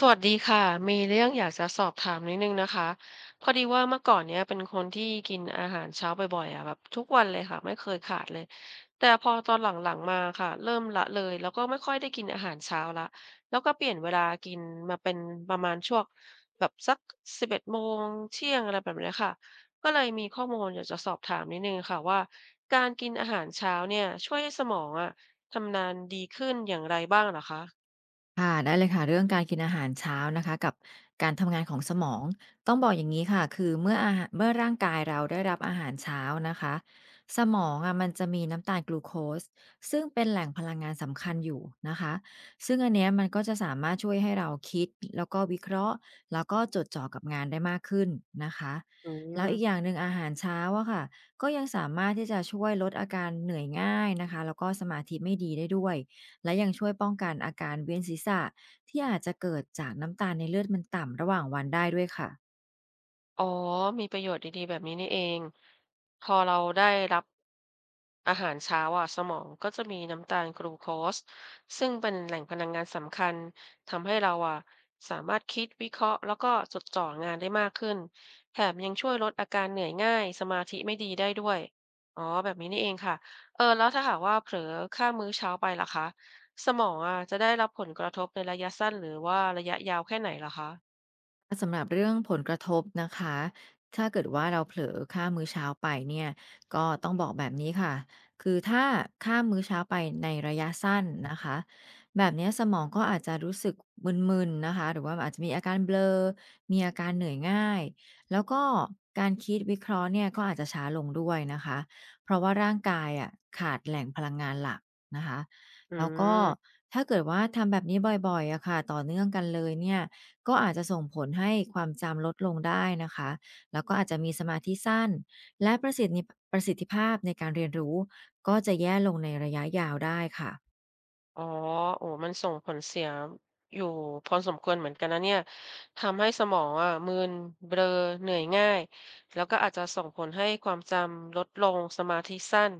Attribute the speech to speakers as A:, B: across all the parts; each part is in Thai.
A: สวัสดีค่ะมีเรื่องอยากจะสอบถามนิดนึงนะคะพอดีว่าเมื่อก่อนเนี้ยเป็นคนที่กินอาหารเช้าบ่อยๆอ่ะแบบทุกวันเลยค่ะไม่เคยขาดเลยแต่พอตอนหลังๆมาค่ะเริ่มละเลยแล้วก็ไม่ค่อยได้กินอาหารเช้าละแล้วก็เปลี่ยนเวลากินมาเป็นประมาณช่วงแบบสัก11 โมงเที่ยงอะไรแบบเนี้ยค่ะก็เลยมีข้อมูลอยากจะสอบถามนิดนึงค่ะว่าการกินอาหารเช้าเนี่ยช่วยให้สมองอ่ะทำงานดีขึ้นอย่างไรบ้างเหรอคะ
B: ค่ะได้เลยค่ะเรื่องการกินอาหารเช้านะคะกับการทำงานของสมองต้องบอกอย่างนี้ค่ะคือเมื่อร่างกายเราได้รับอาหารเช้านะคะสมองอะมันจะมีน้ำตาลกลูโคสซึ่งเป็นแหล่งพลังงานสำคัญอยู่นะคะซึ่งอันเนี้ยมันก็จะสามารถช่วยให้เราคิดแล้วก็วิเคราะห์แล้วก็จดจ่อกับงานได้มากขึ้นนะคะ
A: อื
B: แล้วอีกอย่า
A: ม
B: งหนึ่งอาหารเช้าอะค่ะก็ยังสามารถที่จะช่วยลดอาการเหนื่อยง่ายนะคะแล้วก็สมาธิไม่ดีได้ด้วย และยังช่วยป้องกันอาการเวียนศีรษะที่อาจจะเกิดจากน้ำตาลในเลือดมันต่ำระหว่างวันได้ด้วยค่ะ
A: อ๋อ มีประโยชน์ดีๆแบบนี้นี่เอง พอเราได้รับอาหารเช้าอะสมองก็จะมีน้ำตาลกลูโคสซึ่งเป็นแหล่งพลังงานสำคัญทำให้เราอะสามารถคิดวิเคราะห์แล้วก็จดจ่องานได้มากขึ้นแถมยังช่วยลดอาการเหนื่อยง่ายสมาธิไม่ดีได้ด้วยอ๋อแบบนี้นี่เองค่ะเออแล้วถ้าหากว่าเผลอข้ามมื้อเช้าไปล่ะคะสมองอะจะได้รับผลกระทบในระยะสั้นหรือว่าระยะยาวแค่ไหนเหรอคะ
B: สำหรับเรื่องผลกระทบนะคะ ถ้าเกิดว่าเราเผลอข้ามมื้อเช้าไปเนี่ยก็ต้องบอกแบบนี้ค่ะ คือถ้าข้ามมื้อเช้าไปในระยะสั้นนะคะแบบเนี้ยสมองก็อาจจะรู้สึกมึนๆนะคะหรือว่าอาจจะมีอาการเบลอมีอาการเหนื่อยง่ายแล้วก็การคิดวิเคราะห์เนี่ยก็อาจจะช้าลงด้วยนะคะเพราะว่าร่างกายอ่ะขาดแหล่งพลังงานหลักนะคะ
A: อื
B: แล้วก็
A: ม
B: ถ้าเกิดว่าทำแบบนี้บ่อยๆอะค่ะต่อเนื่องกันเลยเนี่ย ก็อาจจะส่งผลให้ความจำลดลงได้นะคะ แล้วก็อาจจะมีสมาธิสั้น และประสิทธิภาพในการเรียนรู้ก็จะแย่ลงในระยะยาวได้ค่ะ
A: อ๋อโอ้มันส่งผลเสียอยู่พอสมควรเหมือนกันนะเนี่ยทำให้สมองอะมึนเบลอเหนื่อยง่าย แล้วก็อาจจะส่งผลให้ความจำลดลงสมาธิสั้น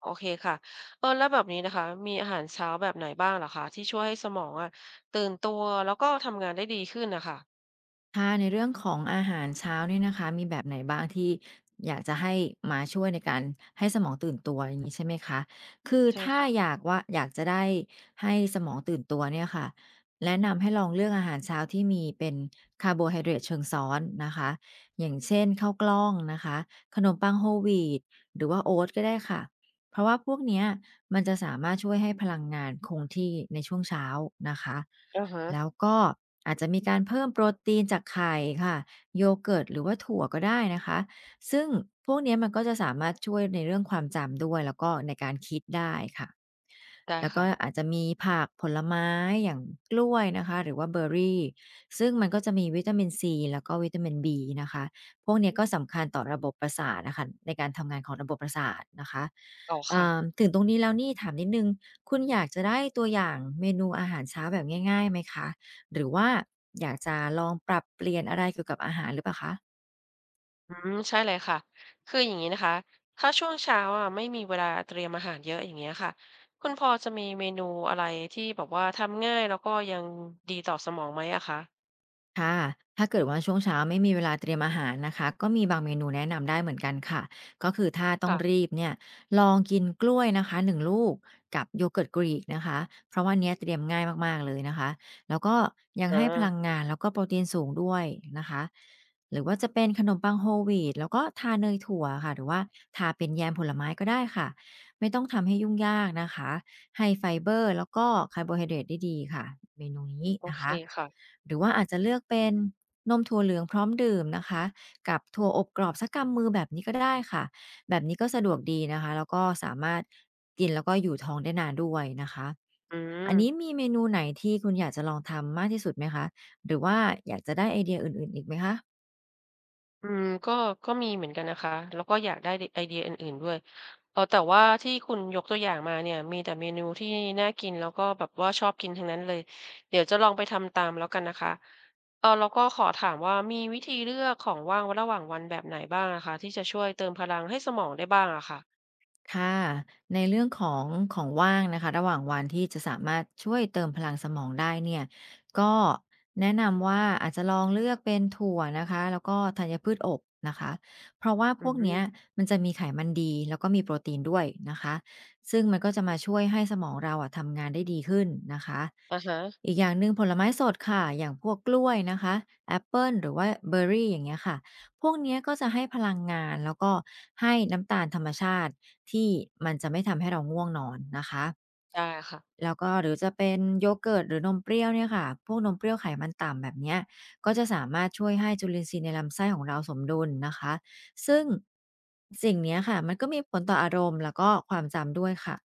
A: โอเคค่ะเออแล้วแบบนี้นะคะมีอาหารเช้าแบบไหนบ้างเหรอคะที่ช่วยให้สมองอะตื่นตัวแล้วก็ทำงานได้ดีขึ้นนะค่ะ
B: ค่ะในเรื่องของอาหารเช้าเนี่ยนะคะมีแบบไหนบ้างที่อยากจะให้มาช่วยในการให้สมองตื่นตัวอย่างงี้ใช่ไหมคะคือ
A: ใช่
B: ถ้า
A: ค่ะ
B: อยากจะได้ให้สมองตื่นตัวเนี่ยค่ะแนะนำให้ลองเลือกอาหารเช้าที่มีเป็นคาร์โบไฮเดรตเชิงซ้อนนะคะอย่างเช่นข้าวกล้องนะคะขนมปัง Whole wheat หรือว่าโอ๊ตก็ได้ค่ะเพราะว่าพวกเนี้ยมันจะสามารถช่วยให้พลังงานคงที่ในช่วงเช้านะคะ
A: ออฮะ
B: แล้วก็อาจจะมีการเพิ่มโปรตีนจากไข่ค่ะโยเกิร์ตหรือว่าถั่วก็ได้นะคะซึ่งพวกเนี้ยมันก็จะสามารถช่วยในเรื่องความจำด้วยแล้วก็ในการคิดได้ค่ะ
A: ได้
B: แล้วก็
A: ค่ะ
B: อาจจะมีผักผลไม้อย่างกล้วยนะคะหรือว่าเบอร์รี่ซึ่งมันก็จะมีวิตามินซีแล้วก็วิตามินบีนะคะพวกเนี้ยก็สำคัญต่อระบบประสาทนะคะในการทำงานของระบบประสาทนะคะ
A: ต่อค่ะ
B: อ่าถึงตรงนี้แล้วนี่ถามนิดหนึ่งคุณอยากจะได้ตัวอย่างเมนูอาหารเช้าแบบง่ายๆไหมคะหรือว่าอยากจะลองปรับเปลี่ยนอะไรเกี่ยวกับอาหารหรือเปล่าคะ
A: อืมใช่เลยค่ะคืออย่างนี้นะคะถ้าช่วงเช้าอะไม่มีเวลาเตรียมอาหารเยอะอย่างเงี้ยค่ะคุณพอจะมีเมนูอะไรที่แบบว่าทำง่ายแล้วก็ยังดีต่อสมองไหมอะคะ
B: ค่ะถ้าเกิดว่าช่วงเช้าไม่มีเวลาเตรียมอาหารนะคะก็มีบางเมนูแนะนำได้เหมือนกันค่ะก็คือถ้าต้องรี
A: ค่ะ
B: บเนี่ยลองกินกล้วยนะคะ1 ลูกกับโยเกิร์ตกรีกนะคะเพราะว่าเนี้ยเตรียมง่ายมากๆเลยนะคะแล้วก็ยัง
A: อา
B: ให้พลังงานแล้วก็โปรตีนสูงด้วยนะคะหรือว่าจะเป็นขนมปังโฮลวีตแล้วก็ทาเนยถั่วค่ะหรือว่าทาเป็นแยมผลไม้ก็ได้ค่ะไม่ต้องทำให้ยุ่งยากนะคะให้ไฟเบอร์แล้วก็คาร์โบไฮเดรตได้ดีค่ะเมนูนี้
A: โอ
B: นะ
A: เค
B: คะ
A: ค่ะ
B: หรือว่าอาจจะเลือกเป็นนมถั่วเหลืองพร้อมดื่มนะคะกับถั่วอบกรอบสักกำมือแบบนี้ก็ได้ค่ะแบบนี้ก็สะดวกดีนะคะแล้วก็สามารถกินแล้วก็อยู่ท้องได้นานด้วยนะคะ
A: อื
B: อันนี้
A: ม
B: มีเมนูไหนที่คุณอยากจะลองทำมากที่สุดไหมคะหรือว่าอยากจะได้ไอเดียอื่นๆอีกไหมคะ
A: อืมก็มีเหมือนกันนะคะแล้วก็อยากได้ไดไอเดียอื่นๆด้วยเออแต่ว่าที่คุณยกตัวอย่างมาเนี่ยมีแต่เมนูที่น่ากินแล้วก็แบบว่าชอบกินทั้งนั้นเลยเดี๋ยวจะลองไปทำตามแล้วกันนะคะเออแล้วก็ขอถามว่ามีวิธีเลือกของว่างระหว่างวันแบบไหนบ้างอะคะที่จะช่วยเติมพลังให้สมองได้บ้างอะค่ะ
B: ค่ะในเรื่องของของว่างนะคะระหว่างวันที่จะสามารถช่วยเติมพลังสมองได้เนี่ยก็แนะนำว่าอาจจะลองเลือกเป็นถั่วนะคะแล้วก็ธัญพืชอบนะคะเพราะว่า
A: อื
B: พวกเนี้ย
A: ม
B: มันจะมีไขมันดีแล้วก็มีโปรตีนด้วยนะคะซึ่งมันก็จะมาช่วยให้สมองเราอะทำงานได้ดีขึ้นนะคะ
A: อะฮะ
B: อีกอย่างหนึ่งผลไม้สดค่ะอย่างพวกกล้วยนะคะแอปเปิลหรือว่าเบอร์รี่อย่างเงี้ยค่ะพวกเนี้ยก็จะให้พลังงานแล้วก็ให้น้ำตาลธรรมชาติที่มันจะไม่ทำให้เราง่วงนอนนะคะ
A: ได้ค่ะ
B: แล้วก็หรือจะเป็นโยเกิร์ตหรือนมเปรี้ยวเนี่ยค่ะพวกนมเปรี้ยวไขมันต่ำแบบเนี้ยก็จะสามารถช่วยให้จุลินทรีย์ในลำไส้ของเราสมดุลนะคะซึ่งสิ่งเนี้ยค่ะมันก็มีผลต่ออารมณ์แล้วก็ความจำด้วยค่ะ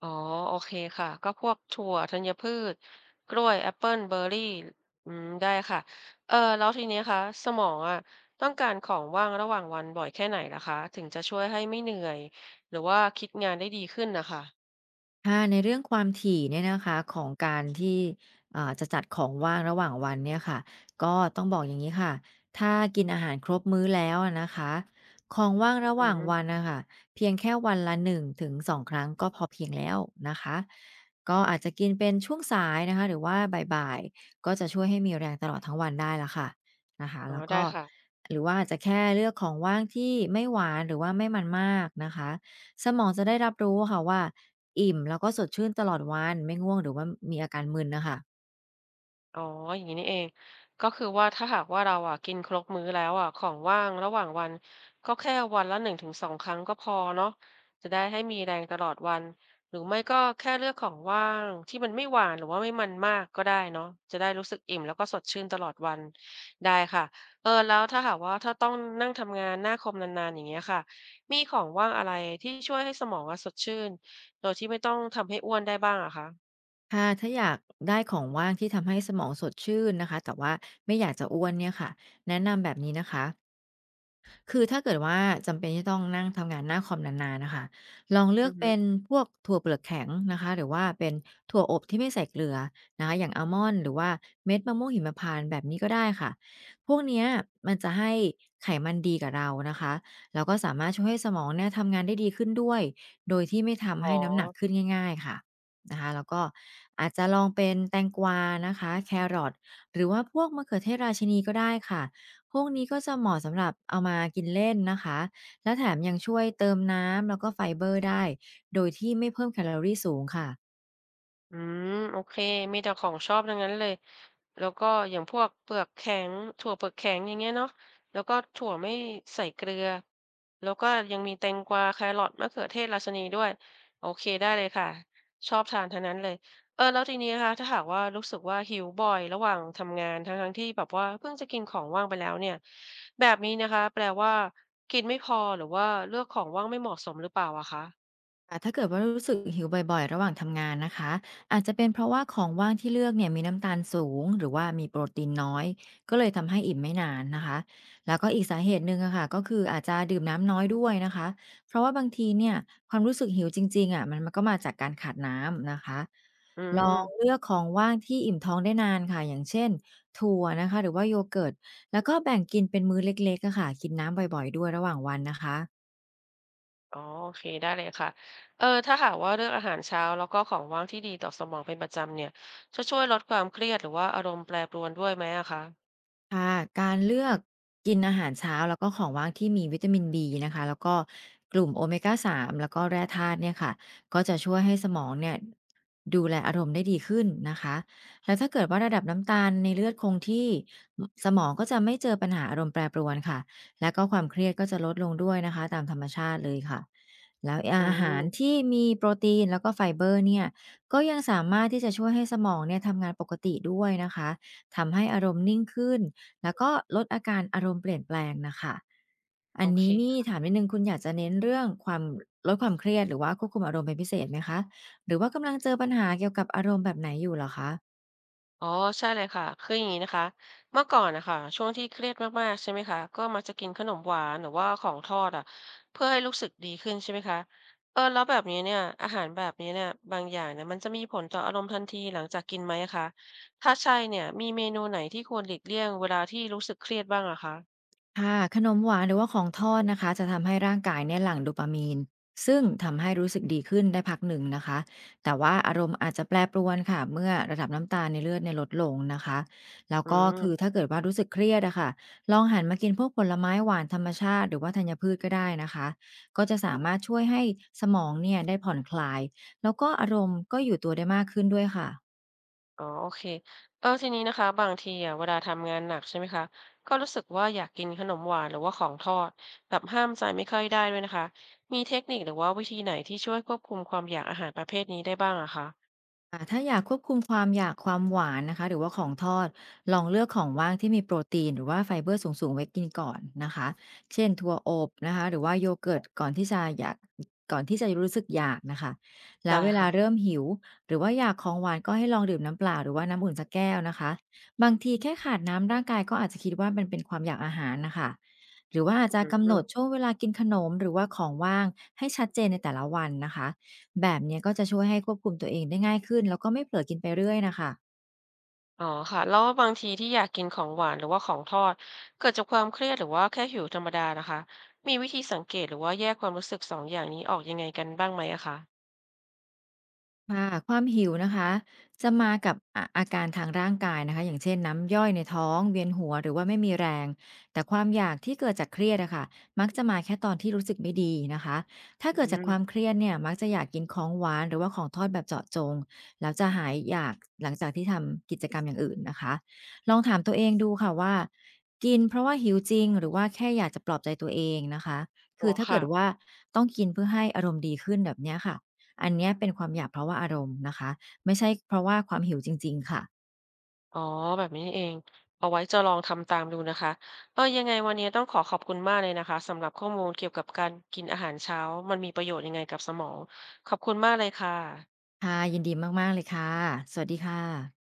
A: อ๋อโอเคค่ะก็พวกถั่วธัญพืชกล้วยแอปเปิลเบอร์รี่อืมได้ค่ะเออแล้วทีนี้คะสมองอะต้องการของว่างระหว่างวันบ่อยแค่ไหนล่ะคะถึงจะช่วยให้ไม่เหนื่อยหรือว่าคิดงานได้ดีขึ้นนะคะ
B: ค่ะในเรื่องความถี่เนี่ยนะคะของการที่จะจัดของว่างระหว่างวันเนี่ยค่ะก็ต้องบอกอย่างนี้ค่ะถ้ากินอาหารครบมื้อแล้วอะนะคะของว่างระห
A: อื
B: ว่างวัน
A: ม
B: นะคะเพียงแค่วันละหนึ่งถึงสองครั้งก็พอเพียงแล้วนะคะก็อาจจะกินเป็นช่วงสายนะคะหรือว่าบ่ายๆก็จะช่วยให้มีแรงตลอดทั้งวันได้ละค่ะนะคะ
A: อ๋อ
B: แล้ว
A: ได้
B: ก็
A: ค่ะ
B: หรือว่าอาจจะแค่เลือกของว่างที่ไม่หวานหรือว่าไม่มันมากนะคะสมองจะได้รับรู้ค่ะว่า อิ่มแล้วก็สดชื่นตลอดวันไม่ง่วงหรือว่ามีอาการมึนน่ะค่ะ
A: อ๋ออย่างนี้นี่เองก็คือว่าถ้าหากว่าเราอะกินครบมื้อแล้วอะของว่างระหว่างวันก็แค่วันละ1-2ครั้งก็พอเนาะจะได้ให้มีแรงตลอดวันหรือไม่ก็แค่เลือกของว่างที่มันไม่หวานหรือว่าไม่มันมากก็ได้เนาะจะได้รู้สึกอิ่มแล้วก็สดชื่นตลอดวันได้ค่ะเออแล้วถ้าหากว่าถ้าต้องนั่งทำงานหน้าคอมนานๆอย่างเงี้ยค่ะมีของว่างอะไรที่ช่วยให้สมองอะสดชื่นโดยที่ไม่ต้องทำให้อ้วนได้บ้างอะคะ
B: ค่ะถ้าอยากได้ของว่างที่ทำให้สมองสดชื่นนะคะแต่ว่าไม่อยากจะอ้วนเนี่ยค่ะแนะนำแบบนี้นะคะ คือถ้าเกิดว่าจำเป็นที่ต้องนั่งทำงานหน้าคอมนานๆนะคะลองเลือ
A: อื
B: ก
A: อฮึ
B: เป็นพวกถั่วเปลือกแข็งนะคะหรือว่าเป็นถั่วอบที่ไม่ใส่เกลือนะคะอย่างอัลมอนด์หรือว่าเม็ดมะม่วงหิมพานต์แบบนี้ก็ได้ค่ะพวกเนี้ยมันจะให้ไขมันดีกับเรานะคะแล้วก็สามารถช่วยให้สมองเนี่ยทำงานได้ดีขึ้นด้วยโดยที่ไม่
A: อ๋
B: ทำ
A: อ
B: ให้น้ำหนักขึ้นง่ายๆค่ะนะคะแล้วก็อาจจะลองเป็นแตงกวานะคะแครอทหรือว่าพวกมะเขือเทศราชินีก็ได้ค่ะ พวกนี้ก็จะเหมาะสำหรับเอามากินเล่นนะคะ และแถมยังช่วยเติมน้ำแล้วก็ไฟเบอร์ได้ โดยที่ไม่เพิ่มแคลอรีสูงค่ะ
A: อืมโอเคมีแต่ของชอบทั้งนั้นเลยแล้วก็อย่างพวกเปลือกแข็งถั่วเปลือกแข็งอย่างเงี้ยเนาะแล้วก็ถั่วไม่ใส่เกลือแล้วก็ยังมีแตงกวาแครอทมะเขือเทศราชนีด้วยโอเคได้เลยค่ะชอบทานทั้งนั้นเลยเออแล้วทีนี้นะคะถ้าหากว่ารู้สึกว่าหิวบ่อยระหว่างทำงานทั้งๆที่แบบว่าเพิ่งจะกินของว่างไปแล้วเนี่ยแบบนี้นะคะแปลว่ากินไม่พอหรือว่าเลือกของว่างไม่เหมาะสมหรือเปล่าอะคะ
B: ค่ะถ้าเกิดว่ารู้สึกหิวบ่อยๆระหว่างทำงานนะคะอาจจะเป็นเพราะว่าของว่างที่เลือกเนี่ยมีน้ำตาลสูงหรือว่ามีโปรตีนน้อยก็เลยทำให้อิ่มไม่นานนะคะแล้วก็อีกสาเหตุหนึ่งอะค่ะก็คืออาจจะดื่มน้ำน้อยด้วยนะคะเพราะว่าบางทีเนี่ยความรู้สึกหิวจริงๆอะมันก็มาจากการขาดน้ำนะคะ
A: อื
B: ลอง
A: ม
B: เลือกของว่างที่อิ่มท้องได้นานค่ะอย่างเช่นถั่วนะคะหรือว่าโยเกิร์ตแล้วก็แบ่งกินเป็นมื้อเล็กๆอะค่ะกินน้ำบ่อยๆด้วยระหว่างวันนะคะ
A: อ๋อโอเคได้เลยค่ะ เออถ้าหากว่าเลือกอาหารเช้าแล้วก็ของว่างที่ดีต่อสมองเป็นประจำเนี่ยจะช่วยลดความเครียดหรือว่าอารมณ์แปรปรวนด้วยไหมอะคะ
B: ค่ะการเลือกกินอาหารเช้าแล้วก็ของว่างที่มีวิตามินบีนะคะแล้วก็กลุ่มโอเมกาสามแล้วก็แร่ธาตุเนี่ยค่ะก็จะช่วยให้สมองเนี่ยดูแลอารมณ์ได้ดีขึ้นนะคะแล้วถ้าเกิดว่าระดับน้ำตาลในเลือดคงที่สมองก็จะไม่เจอปัญหาอารมณ์แปรปรวนค่ะและก็ความเครียดก็จะลดลงด้วยนะคะตามธรรมชาติเลยค่ะแล้ว
A: อื
B: อาหาร
A: ม
B: ที่มีโปรตีนแล้วก็ไฟเบอร์เนี่ยก็ยังสามารถที่จะช่วยให้สมองเนี่ยทำงานปกติด้วยนะคะทำให้อารมณ์นิ่งขึ้น แล้วก็ลดอาการอารมณ์เปลี่ยนแปลงนะคะ อั
A: โอ
B: น
A: เค
B: นี้นี่ถามนิดนึงคุณอยากจะเน้นเรื่องความลดความเครียดหรือว่าควบคุมอารมณ์เป็นพิเศษไหมคะ หรือว่ากำลังเจอปัญหาเกี่ยวกับอารมณ์แบบไหนอยู่เหรอคะ
A: อ๋อใช่เลยค่ะ คืออย่างงี้นะคะเมื่อก่อนน่ะค่ะช่วงที่เครียดมากๆใช่ไหมคะ ก็มักจะกินขนมหวานหรือว่าของทอดอะเพื่อให้รู้สึกดีขึ้นใช่ไหมคะเออแล้วแบบนี้เนี่ยอาหารแบบนี้เนี่ยบางอย่างเนี่ยมันจะมีผลต่ออารมณ์ทันทีหลังจากกินไหมอะคะถ้าใช่เนี่ยมีเมนูไหนที่ควรหลีกเลี่ยงเวลาที่รู้สึกเครียดบ้างอะคะ
B: ค่ะขนมหวานหรือว่าของทอดนะคะจะทำให้ร่างกายเนี่ยหลั่งโดปามีนซึ่งทำให้รู้สึกดีขึ้นได้พักหนึ่งนะคะแต่ว่าอารมณ์อาจจะแปรปรวนค่ะเมื่อระดับน้ำตาลในเลือดในยลดลงนะคะแล้ว
A: อื
B: ก็คือถ้า
A: ม
B: เกิดว่ารู้สึกเครียดอะค่ะลองหันมากินพวกผลไม้หวานธรรมชาติหรือว่าธัญพืชก็ได้นะคะก็จะสามารถช่วยให้สมองเนี่ยได้ผ่อนคลายแล้วก็อารมณ์ก็อยู่ตัวได้มากขึ้นด้วยค่ะ
A: อ๋อโอเคเออทีนี้นะคะบางทีอะเวลาทำงานหนักใช่ไหมคะ ก็รู้สึกว่าอยากกินขนมหวานหรือว่าของทอดแบบห้ามใจไม่ค่อยได้ด้วยนะคะมีเทคนิคหรือว่าวิธีไหนที่ช่วยควบคุมความอยากอาหารประเภทนี้ได้บ้างอะคะ
B: ถ้าอยากควบคุมความอยากความหวานนะคะหรือว่าของทอดลองเลือกของว่างที่มีโปรตีนหรือว่าไฟเบอร์สูงๆไว้กินก่อนนะคะเช่นถั่วอบนะคะหรือว่าโยเกิร์ตก่อนที่จะรู้สึกอยากนะคะแล้ว
A: ได้
B: เวลา
A: ค่ะ
B: เริ่มหิวหรือว่าอยากของหวานก็ให้ลองดื่มน้ำเปล่าหรือว่าน้ำอุ่นสักแก้วนะคะบางทีแค่ขาดน้ำร่างกายก็อาจจะคิดว่ามันเป็นความอยากอาหารนะคะหรือว่าอาจจะ
A: อื
B: กำหน
A: ม
B: ดช่วงเวลากินขนมหรือว่าของว่างให้ชัดเจนในแต่ละวันนะคะ แบบเนี้ยก็จะช่วยให้ควบคุมตัวเองได้ง่ายขึ้นแล้วก็ไม่เผลอกินไปเรื่อยนะคะ
A: อ๋อค่ะแล้วบางทีที่อยากกินของหวานหรือว่าของทอดเกิดจากความเครียดหรือว่าแค่หิวธรรมดานะคะมีวิธีสังเกตหรือว่าแยกความรู้สึกสองอย่างนี้ออกยังไงกันบ้างไหมอะคะ
B: ค่ะความหิวนะคะจะมากับอาการทางร่างกายนะคะอย่างเช่นน้ำย่อยในท้องเวียนหัวหรือว่าไม่มีแรงแต่ความอยากที่เกิดจากเครียดอะค่ะมักจะมาแค่ตอนที่รู้สึกไม่ดีนะคะถ้า
A: อื
B: เกิดจากค
A: ม
B: วามเครียดเนี่ยมักจะอยากกินของหวานหรือว่าของทอดแบบเจาะจงแล้วจะหายอยากหลังจากที่ทำกิจกรรมอย่างอื่นนะคะลองถามตัวเองดูค่ะว่ากินเพราะว่าหิวจริงหรือว่าแค่อยากจะปลอบใจตัวเองนะคะ
A: อ๋
B: คื
A: อ
B: อถ้าเกิ
A: ค่ะ
B: ดว่าต้องกินเพื่อให้อารมณ์ดีขึ้นแบบเนี้ยค่ะ อันเนี้ยเป็นความอยากเพราะว่าอารมณ์นะคะไม่ใช่เพราะว่าความหิวจริงๆค่ะ
A: อ๋อแบบนี้นี่เองเอาไว้จะลองทำตามดูนะคะเออยังไงวันนี้ต้องขอขอบคุณมากเลยนะคะสำหรับข้อมูลเกี่ยวกับการกินอาหารเช้ามันมีประโยชน์ยังไงกับสมองขอบคุณมากเลยค่ะ
B: ค่ะยินดีมากๆเลยค่ะสวัสดีค่ะ